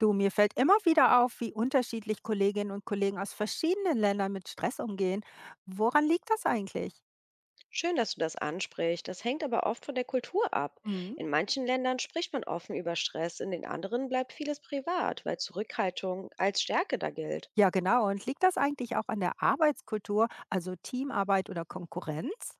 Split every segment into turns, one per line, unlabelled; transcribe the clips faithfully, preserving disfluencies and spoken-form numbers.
Du, mir fällt immer wieder auf, wie unterschiedlich Kolleginnen und Kollegen aus verschiedenen Ländern mit Stress umgehen. Woran liegt das eigentlich?
Schön, dass du das ansprichst. Das hängt aber oft von der Kultur ab.
Mhm.
In manchen Ländern spricht man offen über Stress, in den anderen bleibt vieles privat, weil Zurückhaltung als Stärke da gilt.
Ja, genau. Und liegt das eigentlich auch an der Arbeitskultur, also Teamarbeit oder Konkurrenz?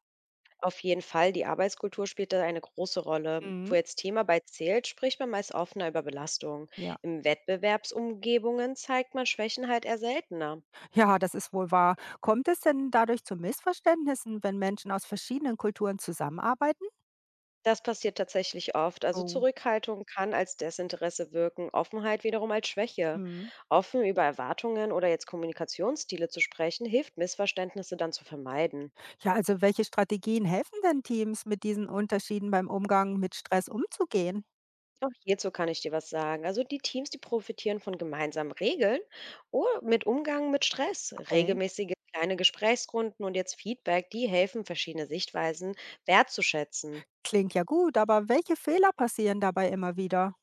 Auf jeden Fall, die Arbeitskultur spielt da eine große Rolle.
Mhm.
Wo jetzt Thema bei zählt, spricht man meist offener über Belastungen.
Ja.
Im Wettbewerbsumgebungen zeigt man Schwächen halt eher seltener.
Ja, das ist wohl wahr. Kommt es denn dadurch zu Missverständnissen, wenn Menschen aus verschiedenen Kulturen zusammenarbeiten?
Das passiert tatsächlich oft. Also
Oh.
Zurückhaltung kann als Desinteresse wirken, Offenheit wiederum als Schwäche.
Mhm.
Offen über Erwartungen oder jetzt Kommunikationsstile zu sprechen, hilft Missverständnisse dann zu vermeiden.
Ja, also welche Strategien helfen denn Teams, mit diesen Unterschieden beim Umgang mit Stress umzugehen?
Auch hierzu kann ich dir was sagen. Also die Teams, die profitieren von gemeinsamen Regeln oder mit Umgang mit Stress.
Okay.
Regelmäßige kleine Gesprächsrunden und jetzt Feedback, die helfen, verschiedene Sichtweisen wertzuschätzen.
Klingt ja gut, aber welche Fehler passieren dabei immer wieder?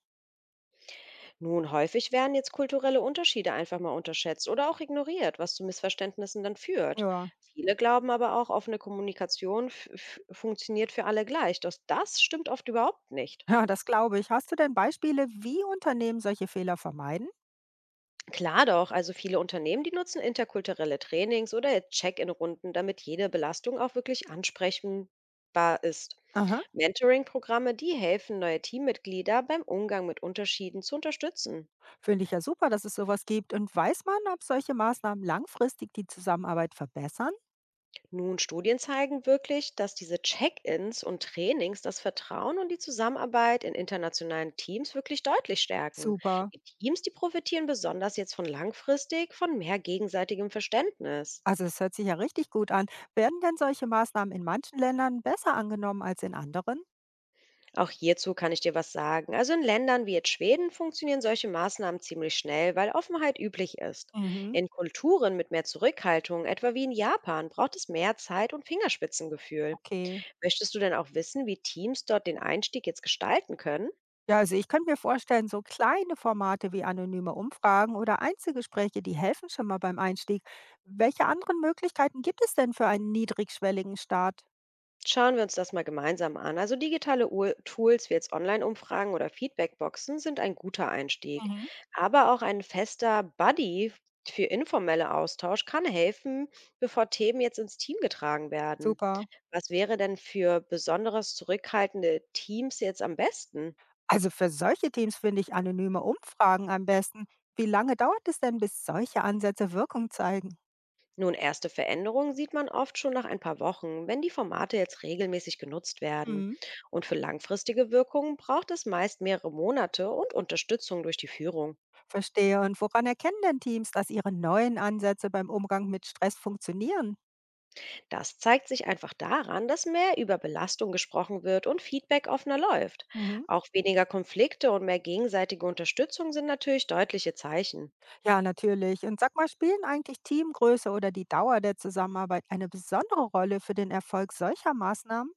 Nun, häufig werden jetzt kulturelle Unterschiede einfach mal unterschätzt oder auch ignoriert, was zu Missverständnissen dann führt.
Ja,
Viele glauben aber auch, offene Kommunikation f- f- funktioniert für alle gleich. Doch das stimmt oft überhaupt nicht.
ja, das glaube ich. Hast du denn Beispiele, wie Unternehmen solche Fehler vermeiden?
Klar doch, also viele Unternehmen, die nutzen interkulturelle Trainings oder jetzt Check-in-Runden, damit jede Belastung auch wirklich ansprechbar ist.
Aha,
Mentoring-Programme, die helfen, neue Teammitglieder beim Umgang mit Unterschieden zu unterstützen.
finde ich ja super, dass es sowas gibt. Und weiß man, ob solche Maßnahmen langfristig die Zusammenarbeit verbessern?
Nun, Studien zeigen wirklich, dass diese Check-ins und Trainings das Vertrauen und die Zusammenarbeit in internationalen Teams wirklich deutlich stärken.
Super.
Die Teams, die profitieren besonders jetzt von langfristig, von mehr gegenseitigem Verständnis.
Also es hört sich ja richtig gut an. Werden denn solche Maßnahmen in manchen Ländern besser angenommen als in anderen?
Auch hierzu kann ich dir was sagen. Also in Ländern wie jetzt Schweden funktionieren solche Maßnahmen ziemlich schnell, weil Offenheit üblich ist.
Mhm,
In Kulturen mit mehr Zurückhaltung, etwa wie in Japan, braucht es mehr Zeit und Fingerspitzengefühl.
okay.
Möchtest du denn auch wissen, wie Teams dort den Einstieg jetzt gestalten können?
Ja, also ich könnte mir vorstellen, so kleine Formate wie anonyme Umfragen oder Einzelgespräche, die helfen schon mal beim Einstieg. Welche anderen Möglichkeiten gibt es denn für einen niedrigschwelligen Start?
Schauen wir uns das mal gemeinsam an. Also digitale Ur- Tools wie jetzt Online-Umfragen oder Feedbackboxen sind ein guter Einstieg.
Mhm.
Aber auch ein fester Buddy für informelle Austausch kann helfen, bevor Themen jetzt ins Team getragen werden.
Super.
Was wäre denn für besonders zurückhaltende Teams jetzt am besten?
Also für solche Teams finde ich anonyme Umfragen am besten. Wie lange dauert es denn, bis solche Ansätze Wirkung zeigen?
Nun, erste Veränderungen sieht man oft schon nach ein paar Wochen, wenn die Formate jetzt regelmäßig genutzt werden.
Mhm.
Und für langfristige Wirkungen braucht es meist mehrere Monate und Unterstützung durch die Führung.
Verstehe. Und woran erkennen denn Teams, dass ihre neuen Ansätze beim Umgang mit Stress funktionieren?
Das zeigt sich einfach daran, dass mehr über Belastung gesprochen wird und Feedback offener läuft.
Mhm.
Auch weniger Konflikte und mehr gegenseitige Unterstützung sind natürlich deutliche Zeichen.
Ja, natürlich. Und sag mal, spielen eigentlich Teamgröße oder die Dauer der Zusammenarbeit eine besondere Rolle für den Erfolg solcher Maßnahmen?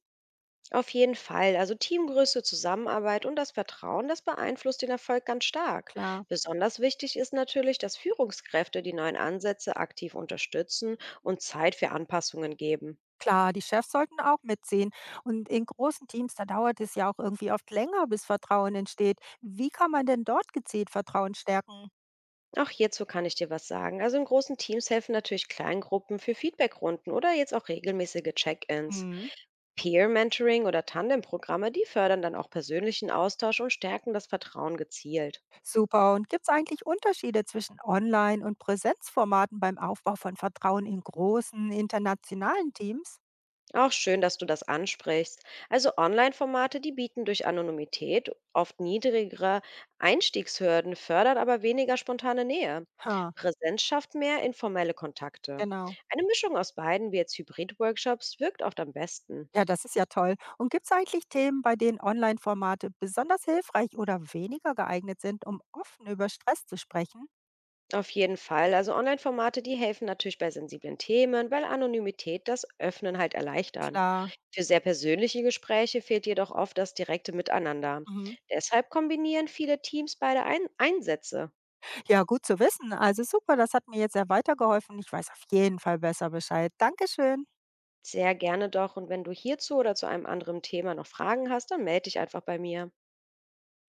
Auf jeden Fall, also Teamgröße, Zusammenarbeit und das Vertrauen, das beeinflusst den Erfolg ganz stark.
Klar.
Besonders wichtig ist natürlich, dass Führungskräfte die neuen Ansätze aktiv unterstützen und Zeit für Anpassungen geben.
Klar, die Chefs sollten auch mitziehen. Und in großen Teams, da dauert es ja auch irgendwie oft länger, bis Vertrauen entsteht. Wie kann man denn dort gezielt Vertrauen stärken?
Auch hierzu kann ich dir was sagen. Also in großen Teams helfen natürlich Kleingruppen für Feedbackrunden oder jetzt auch regelmäßige Check-ins.
Hm,
Peer-Mentoring oder Tandem-Programme, die fördern dann auch persönlichen Austausch und stärken das Vertrauen gezielt.
super. Und gibt es eigentlich Unterschiede zwischen Online- und Präsenzformaten beim Aufbau von Vertrauen in großen internationalen Teams?
Auch schön, dass du das ansprichst. Also Online-Formate, die bieten durch Anonymität oft niedrigere Einstiegshürden, fördern aber weniger spontane Nähe.
Ha,
Präsenz schafft mehr informelle Kontakte.
genau.
Eine Mischung aus beiden, wie jetzt Hybrid-Workshops, wirkt oft am besten.
Ja, das ist ja toll. Und gibt es eigentlich Themen, bei denen Online-Formate besonders hilfreich oder weniger geeignet sind, um offen über Stress zu sprechen?
Auf jeden Fall. Also Online-Formate, die helfen natürlich bei sensiblen Themen, weil Anonymität das Öffnen halt erleichtern.
Klar.
Für sehr persönliche Gespräche fehlt jedoch oft das direkte Miteinander.
Mhm.
Deshalb kombinieren viele Teams beide Ein Einsätze.
Ja, gut zu wissen. Also super, das hat mir jetzt sehr weitergeholfen. Ich weiß auf jeden Fall besser Bescheid. Dankeschön.
Sehr gerne doch. Und wenn du hierzu oder zu einem anderen Thema noch Fragen hast, dann melde dich einfach bei mir.